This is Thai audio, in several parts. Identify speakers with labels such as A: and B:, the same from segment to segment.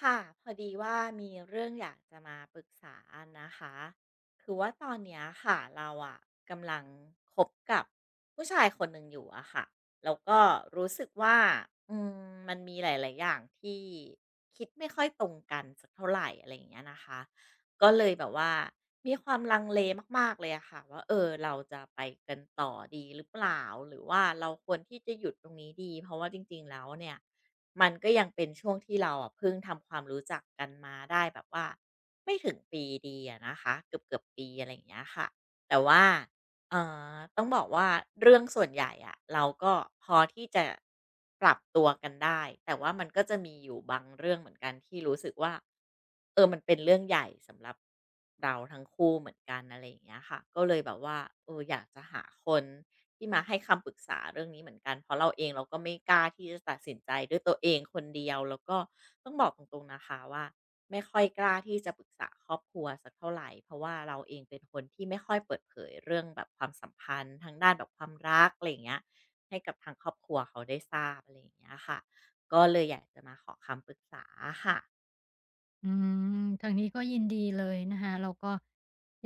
A: ค่ะพอดีว่ามีเรื่องอยากจะมาปรึกษานะคะคือว่าตอนเนี้ยค่ะเราอะกำลังคบกับผู้ชายคนหนึ่งอยู่อะค่ะแล้วก็รู้สึกว่าอืมมันมีหลายๆอย่างที่คิดไม่ค่อยตรงกันสักเท่าไหร่อะไรอย่างเงี้ยนะคะก็เลยแบบว่ามีความลังเลมากๆเลยอะค่ะว่าเออเราจะไปกันต่อดีหรือเปล่าหรือว่าเราควรที่จะหยุดตรงนี้ดีเพราะว่าจริงๆแล้วเนี่ย มันก็ยังเป็นช่วงที่เราอะเพิ่งทำความรู้จักกันมาได้แบบว่าไม่ถึงปีดีอะนะคะเกือบปีอะไรอย่างเงี้ยค่ะแต่ว่า อ่ต้องบอกว่าเรื่องส่วนใหญ่อะเราก็พอที่จะปรับตัวกันได้แต่ว่ามันก็จะมีอยู่บางเรื่องเหมือนกันที่รู้สึกว่าเออมันเป็นเรื่องใหญ่สำหรับเราทั้งคู่เหมือนกันอะไรอย่างเงี้ยค่ะก็เลยแบบว่าเอออยากจะหาคนที่มาให้คำปรึกษาเรื่องนี้เหมือนกันเพราะเราเองเราก็ไม่กล้าที่จะตัดสินใจด้วยตัวเองคนเดียวแล้วก็ต้องบอกตรงๆนะคะว่า ไม่ค่อยกล้าที่จะปรึกษาครอบครัวสักเท่าไหร่เพราะว่าเราเองเป็นคนที่ไม่ค่อยเปิดเผยเรื่องแบบความสัมพันธ์ทางด้านแบบความรักอะไรอย่างเงี้ยให้กับทางครอบครัวเขาได้ทราบอะไรอย่างเงี้ยค่ะก็เลยอยากจะมาขอคำปรึกษาค่ะ
B: อืมทางนี้ก็ยินดีเลยนะคะแล้วก็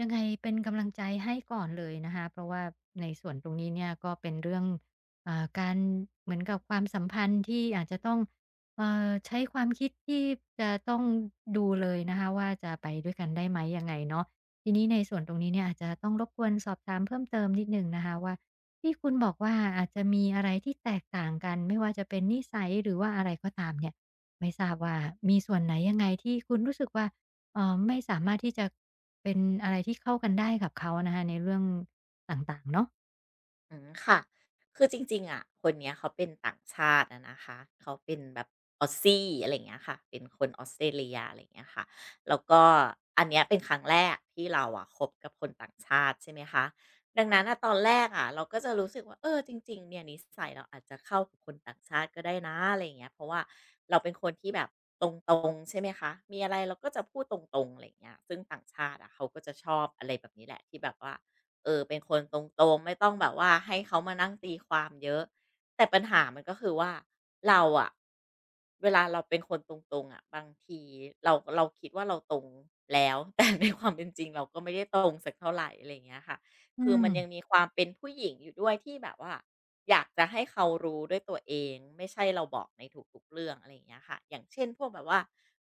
B: ยังไงเป็นกำลังใจให้ก่อนเลยนะคะเพราะว่าในส่วนตรงนี้เนี่ยก็เป็นเรื่องการเหมือนกับความสัมพันธ์ที่อาจจะต้องใช้ความคิดที่จะต้องดูเลยนะคะว่าจะไปด้วยกันได้ไหมยังไงเนาะทีนี้ในส่วนตรงนี้เนี่ยอาจจะต้องรบกวนสอบถามเพิ่มเติมนิดหนึ่งนะคะว่าที่คุณบอกว่าอาจจะมีอะไรที่แตกต่างกันไม่ว่าจะเป็นนิสัยหรือว่าอะไรก็ตามเนี่ย ไม่ทราบว่ามีส่วนไหนยังไงที่คุณรู้สึกว่าไม่สามารถที่จะเป็นอะไรที่เข้ากันได้กับเขานะคะในเรื่องต่างๆเนาะ
A: อืมค่ะคือจริงๆอ่ะคนเนี้ยเขาเป็นต่างชาติอะนะคะ เขาเป็นแบบออสซี่อะไรอย่างเงี้ยค่ะเป็นคนออสเตรเลียอะไรอย่างเงี้ยค่ะแล้วก็อันเนี้ยเป็นครั้งแรกที่เราอ่ะคบกับคนต่างชาติใช่ไหมคะดังนั้นอ่ะตอนแรกอ่ะเราก็จะรู้สึกว่าเออจริงๆเนี่ยนิสัยเราอาจจะเข้ากับคนต่างชาติก็ได้นะอะไรอย่างเงี้ยเพราะว่าเราเป็นคนที่แบบตรงๆใช่ไหมคะมีอะไรเราก็จะพูดตรงๆอะไรอย่างเงี้ยซึ่งต่างชาติอะเขาก็จะชอบอะไรแบบนี้แหละที่แบบว่า เออเป็นคนตรงๆไม่ต้องแบบว่าให้เขามานั่งตีความเยอะแต่ปัญหามันก็คือว่าเราอะเวลาเราเป็นคนตรงๆอะบางทีเราคิดว่าเราตรงแล้ว แต่ในความเป็นจริงเราก็ไม่ได้ตรงสักเท่าไหรอะไรอย่างเงี้ยค่ะ
B: อื
A: คือมันยังมี
B: ม
A: ความเป็นผู้หญิงอยู่ด้วยที่แบบว่าอยากจะให้เขารู้ด้วยตัวเองไม่ใช่เราบอกในทุกๆเรื่องอะไรอย่างเงี้ยค่ะอย่างเช่นพวกแบบว่า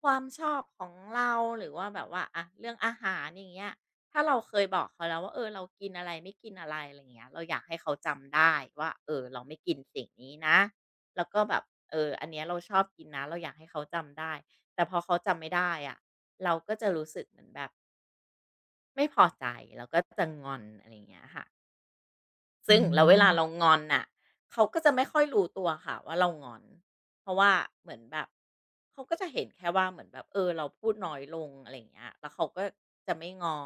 A: ความชอบของเราหรือว่าแบบว่าอะเรื่องอาหารอย่างเงี้ย ถ้าเราเคยบอกเขาแล้วว่าเออเรากินอะไรไม่กินอะไรอะไรอย่างเงี้ยเราอยากให้เขาจำได้ว่าเออเราไม่กินสิ่งนี้นะแล้วก็แบบเอออันเนี้ยเราชอบกินนะเราอยากให้เขาจำได้แต่พอเขาจำไม่ได้อะเราก็จะรู้สึกเหมือนแบบไม่พอใจแล้วก็จะงอนอะไรอย่างเงี้ยค่ะ
B: อื
A: ซึ่งแล้วเวลาเรา
B: ม
A: งอนน่ะเขาก็จะไม่ค่อยรู้ตัวค่ะว่าเรางอนเพราะว่าเหมือนแบบเขาก็จะเห็นแค่ว่าเหมือนแบบเออเราพูดน้อยลงอะไรอย่างเงี้ยแล้วเขาก็จะไม่ง้อ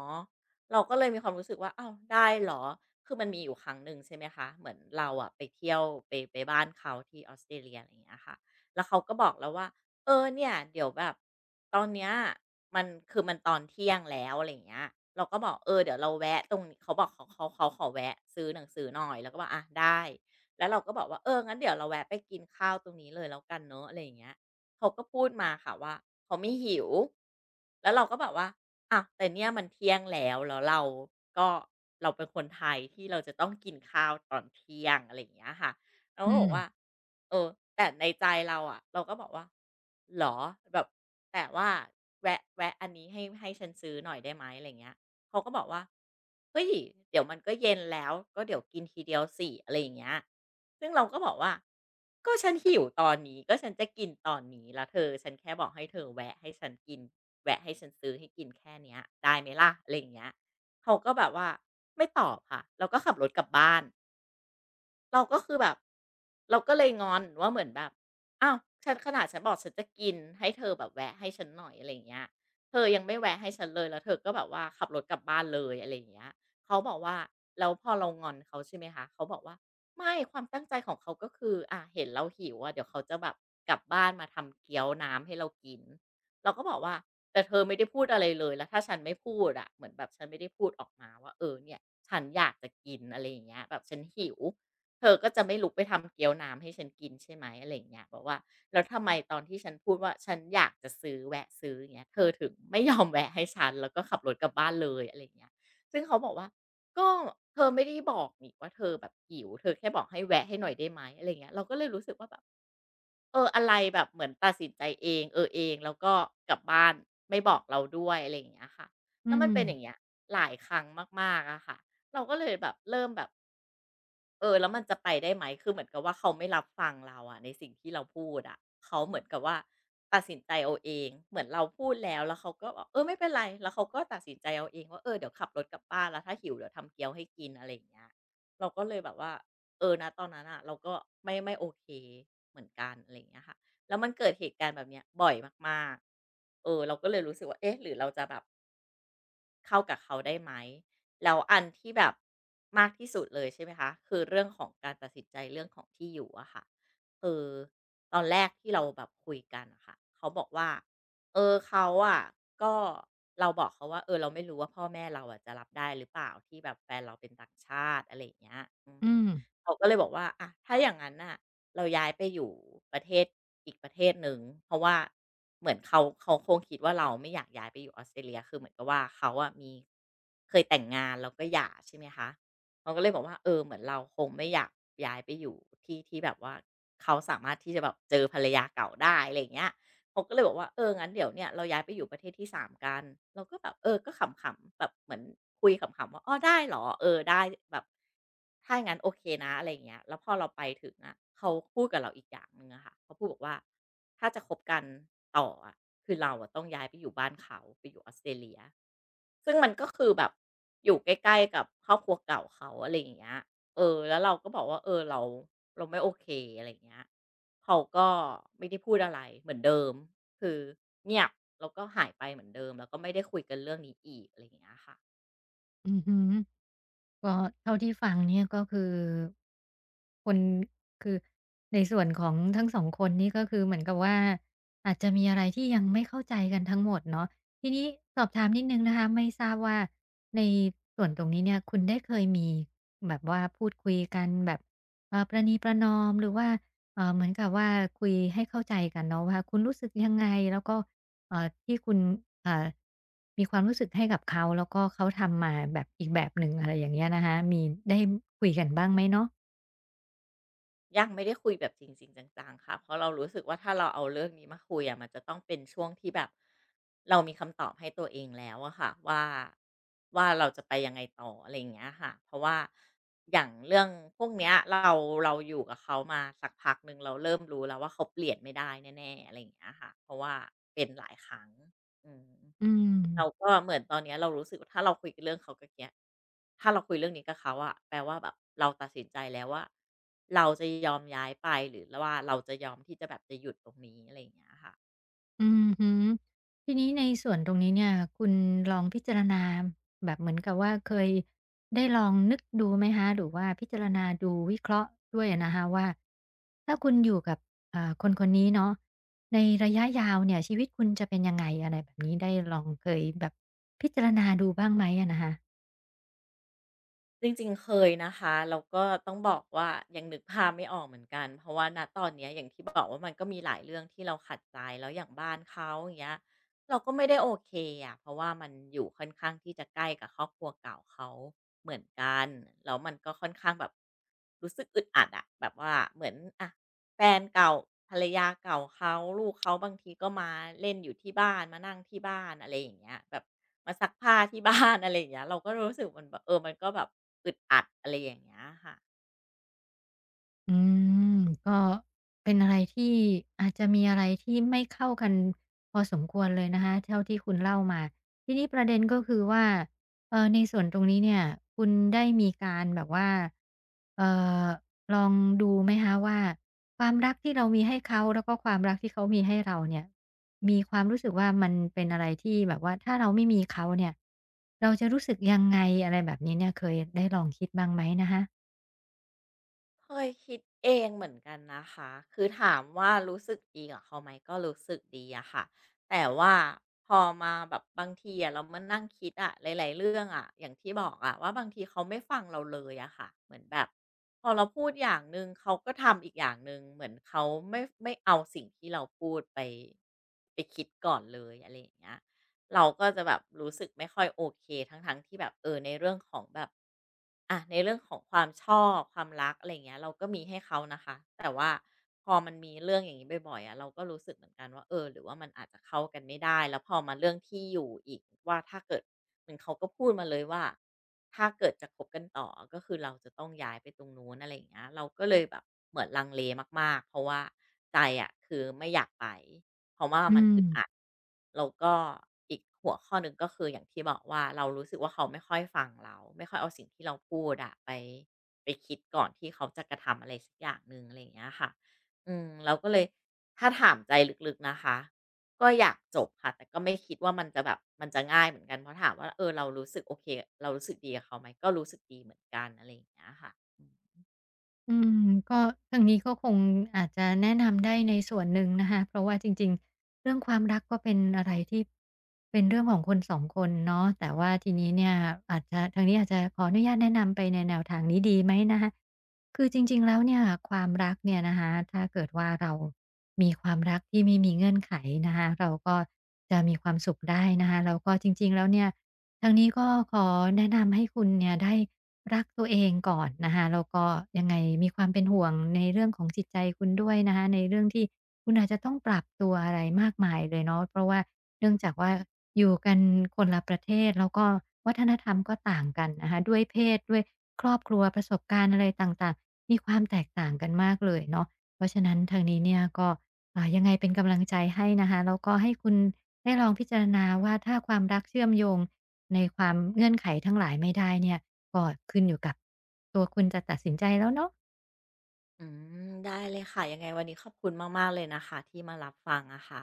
A: เราก็เลยมีความรู้สึกว่าอ้าวได้เหรอคือมันมีอยู่ครั้งหนึ่งใช่ไหมคะเหมือนเราอะไปเที่ยวไปบ้านเขาที่ออสเตรเลียอะไรอย่างเงี้ยค่ะแล้วเขาก็บอกเราว่า เออเนี่ยเดี๋ยวแบบตอนเนี้ยมันคือมันตอนเที่ยงแล้วอะไรอย่างเงี้ยเราก็บอกเออเดี๋ยวเราแวะตรงนี้เขาบอกเขาขอแวะซื้อหนังสือหน่อยแล้วก็บอกอะได้แล้วเราก็บอกว่าเอองั้นเดี๋ยวเราแวะไปกินข้าวตรงนี้เลยแล้วกันเนอะอะไรอย่างเงี้ยเขาก็พูดมาค่ะว่าเขาไม่หิวแล้วเราก็แบบว่าอ่ะแต่เนี่ยมันเที่ยงแล้วแล้วเราก็เราเป็นคนไทยที่เราจะต้องกินข้าวตอนเที่ยงอะไรอย่างเงี้ยค่ะเรา
B: อื
A: ก็บอ
B: ม
A: กว่า เออแต่ในใจเราอะเราก็บอกว่าหรอแบบแต่ว่าแวะอันนี้ให้ฉันซื้อหน่อยได้ไหมอะไรเงี้ยเขาก็บอกว่าเฮ้ยเดี๋ยวมันก็เย็นแล้วก็เดี๋ยวกินทีเดียวสิอะไรอย่างเงี้ยซึ่งเราก็บอกว่าก็ฉันหิวตอนนี้ก็ฉันจะกินตอนนี้แล้วเธอฉันแค่บอกให้เธอแวะให้ฉันกินแวะให้ฉันซื้อให้กินแค่เนี้ยได้ไหมล่ะอะไรอย่างเงี้ยเขาก็แบบว่าไม่ตอบค่ะแล้วก็ขับรถกลับบ้าน เราก็คือแบบเราก็เลยงอนว่าเหมือนแบบอ้าวฉันขนาดฉันบอกฉันจะกินให้เธอแบบแวะให้ฉันหน่อยอะไรอย่างเงี้ยเธอยังไม่แวะให้ฉันเลยแล้วเธอก็แบบว่าขับรถกลับบ้านเลยอะไรอย่างเงี้ยเขาบอกว่าแล้วพอเรางอนเขาใช่ไหมคะเขาบอกว่าไม่ความตั้งใจของเขาก็คืออะเห็นเราหิวอะเดี๋ยวเขาจะแบบกลับบ้านมาทำเกี๊ยวน้ำให้เรากินเราก็บอกว่าแต่เธอไม่ได้พูดอะไรเลยแล้วถ้าฉันไม่พูดอะเหมือนแบบฉันไม่ได้พูดออกมาว่าเออเนี่ยฉันอยากจะกินอะไรอย่างเงี้ยแบบฉันหิว เธอก็จะไม่ลุกไปทำเกี๊ยวน้ำให้ฉันกินใช่ไหมอะไรอย่างเงี้ยบอกว่าแล้วทำไมตอนที่ฉันพูดว่าฉันอยากจะซื้อแวะซื้ออย่างเงี้ยเธอถึงไม่ยอมแวะให้ฉันแล้วก็ขับรถกลับบ้านเลยอะไรอย่างเงี้ยซึ่งเขาบอกว่าก็เธอไม่ได้บอกนี่ว่าเธอแบบหิวเธอแค่บอกให้แวะให้หน่อยได้ไหมอะไรอย่างเงี้ยเราก็เลยรู้สึกว่าแบบเอออะไรแบบเหมือนตัดสินใจเองเออเองแล้วก็กลับบ้านไม่บอกเราด้วยอะไรอย่างเงี้ยค่ะ
B: อื
A: แล้วมั
B: ม
A: นเป็นอย่างเงี้ยหลายครั้งมากๆอะค่ะเราก็เลยแบบเริ่มแบบ เออแล้วมันจะไปได้ไหมคือเหมือนกับว่าเขาไม่รับฟังเราอะในสิ่งที่เราพูดอะเขาเหมือนกับว่าตัดสินใจเอาเองเหมือนเราพูดแล้วแล้วเขาก็บอกเออไม่เป็นไรแล้วเขาก็ตัดสินใจเอาเองว่าเออเดี๋ยวขับรถกลับบ้านแล้วถ้าหิวเดี๋ยวทำเกี๊ยวให้กินอะไรอย่างเงี้ยเราก็เลยแบบว่าเออณตอนนั้นน่ะเราก็ไม่โอเคเหมือนกันอะไรอย่างเงี้ยค่ะแล้วมันเกิดเหตุการณ์แบบเนี้ยบ่อยมากๆเออเราก็เลยรู้สึกว่าเอ๊ะหรือเราจะแบบ เข้ากับเขาได้ไหมแล้วอันที่แบบมากที่สุดเลยใช่ไหมคะคือเรื่องของการตัดสินใจเรื่องของที่อยู่อะค่ะคือตอนแรกที่เราแบบคุยกันอะค่ะเขาบอกว่าเออเขาอะก็เราบอกเขาว่าเออเราไม่รู้ว่าพ่อแม่เราอะจะรับได้หรือเปล่าที่แบบแฟนเราเป็นต่างชาติอะไรอย่างเงี้ยอื
B: อื
A: ม
B: ม
A: เขาก็เลยบอกว่าอ่ะถ้าอย่างนั้นน่ะ เราย้ายไปอยู่ประเทศอีกประเทศหนึ่งเพราะว่าเหมือนเขาคงคิดว่าเราไม่อยากย้ายไปอยู่ออสเตรเลียคือเหมือนกับว่าเขาอะมีเคยแต่งงานแล้วก็หย่าใช่ไหมคะเขาก็เลยบอกว่าเออเหมือนเราคงไม่อยากย้ายไปอยู่ที่ที่แบบว่าเขาสามารถที่จะแบบเจอภรรยาเก่าได้อะไรอย่างเงี้ย เขาก็เลยบอกว่าเอองั้นเดี๋ยวเนี่ยเราย้ายไปอยู่ประเทศที่สามกันเราก็แบบเออก็ขำๆแบบเหมือนคุยขำๆว่าอ้อได้เหรอเออได้แบบถ้าอย่างนั้นโอเคนะอะไรอย่างเงี้ยแล้วพอเราไปถึงอะเขาพูดกับเราอีกอย่างหนึ่งอะค่ะเขาพูดบอกว่าถ้าจะคบกันต่ออะคือเราอะต้องย้ายไปอยู่บ้านเขาไปอยู่ออสเตรเลีย ซึ่งมันก็คือแบบอยู่ใกล้ๆกับครอบครัวเก่าเขาอะไรอย่างเงี้ยเออแล้วเราก็บอกว่าเออเราไม่โอเคอะไรอย่างเงี้ยเขาก็ไม่ได้พูดอะไรเหมือนเดิมคือเงียบแล้วก็หายไปเหมือนเดิมแล้วก็ไม่ได้คุยกันเรื่องนี้อีกอะไรอย่างเงี้ยค่ะ
B: อือฮึ ก็เท่าที่ฟังเนี่ยก็คือคนคือในส่วนของทั้งสองคนนี่ก็คือเหมือนกับว่าอาจจะมีอะไรที่ยังไม่เข้าใจกันทั้งหมดเนาะทีนี้สอบถามนิดหนึ่งนะคะไม่ทราบว่าในส่วนตรงนี้เนี่ยคุณได้เคยมีแบบว่าพูดคุยกันแบบประนีประนอมหรือว่าเหมือนกับว่าคุยให้เข้าใจกันเนาะว่าคุณรู้สึกยังไงแล้วก็ ที่คุณอ่ามีความรู้สึกให้กับเขาแล้วก็เขาทำมาแบบอีกแบบหนึ่งอะไรอย่างเงี้ยนะคะมีได้คุยกันบ้างไหมเนาะ
A: ยังไม่ได้คุยแบบจริงๆจังๆค่ะเพราะเรารู้สึกว่าถ้าเราเอาเรื่องนี้มาคุยอะมันจะต้องเป็นช่วงที่แบบเรามีคำตอบให้ตัวเองแล้วอะค่ะว่าเราจะไปยังไงต่ออะไรอย่างเงี้ยค่ะเพราะว่าอย่างเรื่องพวกเนี้ยเราอยู่กับเขามาสักพักหนึ่งเราเริ่มรู้แล้วว่าเขาเปลี่ยนไม่ได้แน่ๆอะไรอย่างเงี้ยค่ะเพราะว่าเป็นหลายครั้ง อืม
B: อืม
A: เราก็เหมือนตอนเนี้ยเรารู้สึกว่าถ้าเราคุยเรื่องเขากับเนี้ยถ้าเราคุยเรื่องนี้กับเขาอะแปลว่าแบบเราตัดสินใจแล้วว่าเราจะยอมย้ายไปหรือว่าเราจะยอมที่จะแบบจะหยุดตรงนี้อะไรอย่างเงี้ยค่ะ
B: อือฮึทีนี้ในส่วนตรงนี้เนี่ยคุณลองพิจารณาแบบเหมือนกับว่าเคยได้ลองนึกดูไหมคะหรือว่าพิจารณาดูวิเคราะห์ด้วยอะนะคะว่าถ้าคุณอยู่กับคนๆนี้เนาะในระยะยาวเนี่ยชีวิตคุณจะเป็นยังไงอะไรแบบนี้ได้ลองเคยแบบพิจารณาดูบ้างไหมอะนะคะ
A: จริงๆเคยนะคะแล้วก็ต้องบอกว่ายังนึกภาพไม่ออกเหมือนกันเพราะว่าณตอนเนี้ยอย่างที่บอกว่ามันก็มีหลายเรื่องที่เราขัดใจแล้วอย่างบ้านเขาอย่างเงี้ยเราก็ไม่ได้โอเคอะเพราะว่ามันอยู่ค่อนข้างที่จะใกล้กับครอบครัวเก่าเขาเหมือนกันแล้วมันก็ค่อนข้างแบบรู้สึกอึดอัดอะแบบว่าเหมือนอ่ะ แฟนเก่าภรรยาเก่าเขาลูกเขาบางทีก็มาเล่นอยู่ที่บ้านมานั่งที่บ้านอะไรอย่างเงี้ยแบบมาซักผ้าที่บ้าน อะไรอย่างเงี้ยเราก็รู้สึกมันแบบเออมันก็แบบอึดอัดอะไรอย่างเงี้ยค่ะ
B: อืมก็เป็นอะไรที่อาจจะมีอะไรที่ไม่เข้ากันพอสมควรเลยนะคะเท่าที่คุณเล่ามาทีนี้ประเด็นก็คือว่าในส่วนตรงนี้เนี่ยคุณได้มีการแบบว่าเอ่อลองดูไหมคะว่าความรักที่เรามีให้เขาแล้วก็ความรักที่เขามีให้เราเนี่ยมีความรู้สึกว่ามันเป็นอะไรที่แบบว่าถ้าเราไม่มีเขาเนี่ยเราจะรู้สึกยังไงอะไรแบบนี้เนี่ยเคยได้ลองคิดบ้างไหมนะคะ
A: เคยคิดเองเหมือนกันนะคะคือถามว่ารู้สึกดีกับเขาไหมก็รู้สึกดีอะค่ะแต่ว่าพอมาแบบบางทีอะเรามานั่งคิดอะหลายๆเรื่องอะอย่างที่บอกอะว่าบางทีเขาไม่ฟังเราเลยอะค่ะเหมือนแบบพอเราพูดอย่างหนึ่งเขาก็ทำอีกอย่างหนึ่งเหมือนเขาไม่เอาสิ่งที่เราพูดไปคิดก่อนเลยอะไรอย่างเงี้ย เราก็จะแบบรู้สึกไม่ค่อยโอเคทั้งๆทที่แบบเออในเรื่องของแบบอะในเรื่องของความชอบความรักอะไรเงี้ยเราก็มีให้เขานะคะแต่ว่าพอมันมีเรื่องอย่างนี้บ่อยๆอะเราก็รู้สึกเหมือนกันว่าเออหรือว่ามันอาจจะเข้ากันไม่ได้แล้วพอมาเรื่องที่อยู่อีกว่าถ้าเกิดเหมือนเขาก็พูดมาเลยว่าถ้าเกิดจะคบกันต่อก็คือเราจะต้องย้ายไปตรงนู้นอะไรอย่างเงี้ยเราก็เลยแบบเหมือนลังเลมากๆเพราะว่าใจอะคือไม่อยากไป เพราะว่า
B: อื
A: มัน
B: ม
A: อึดอัดแล้วก็อีกหัวข้อหนึ่งก็คืออย่างที่บอกว่าเรารู้สึกว่าเขาไม่ค่อยฟังเราไม่ค่อยเอาสิ่งที่เราพูดอะไปคิดก่อนที่เขาจะกระทำอะไรสักอย่างหนึ่งอะไรอย่างเงี้ยค่ะอืมเราก็เลยถ้าถามใจลึกๆนะคะก็อยากจบค่ะแต่ก็ไม่คิดว่ามันจะแบบมันจะง่ายเหมือนกันเพราะถามว่าเออเรารู้สึกโอเคเรารู้สึกดีกับเขาไหมก็รู้สึกดีเหมือนกันอะไรอย่างเงี้ยค่ะ
B: อืมก็ทางนี้ก็คงอาจจะแนะนำได้ในส่วนหนึ่งนะคะเพราะว่าจริงๆเรื่องความรักก็เป็นอะไรที่เป็นเรื่องของคนสองคนเนาะแต่ว่าทีนี้เนี่ยอาจจะทางนี้อาจจะขออนุญาตแนะนำไปในแนวทางนี้ดีไหมนะคะคือจริงๆแล้วเนี่ยความรักเนี่ยนะคะถ้าเกิดว่าเรามีความรักที่ไม่มีเงื่อนไขนะคะเราก็จะมีความสุขได้นะคะแล้วก็จริงๆแล้วเนี่ยทางนี้ก็ขอแนะนำให้คุณเนี่ยได้ รักตัวเองก่อนนะคะแล้วก็ยังไงมีความเป็นห่วงในเรื่องของจิตใจคุณด้วยนะคะในเรื่องที่คุณอาจจะต้องปรับตัวอะไรมากมายเลยเนาะเพราะว่าเนื่องจากว่าอยู่กันคนละประเทศแล้วก็วัฒนธรรมก็ต่างกันนะคะด้วยเพศด้วยครอบครัวประสบการณ์อะไรต่างๆมีความแตกต่างกันมากเลยเนาะเพราะฉะนั้นทางนี้เนี่ยก็ยังไงเป็นกำลังใจให้นะคะแล้วก็ให้คุณได้ลองพิจารณาว่าถ้าความรักเชื่อมโยงในความเงื่อนไขทั้งหลายไม่ได้เนี่ย ก็ขึ้นอยู่กับตัวคุณจะตัดสินใจแล้วเนาะ
A: อืมได้เลยค่ะยังไงวันนี้ขอบคุณมากๆเลยนะคะที่มารับฟังอะค่ะ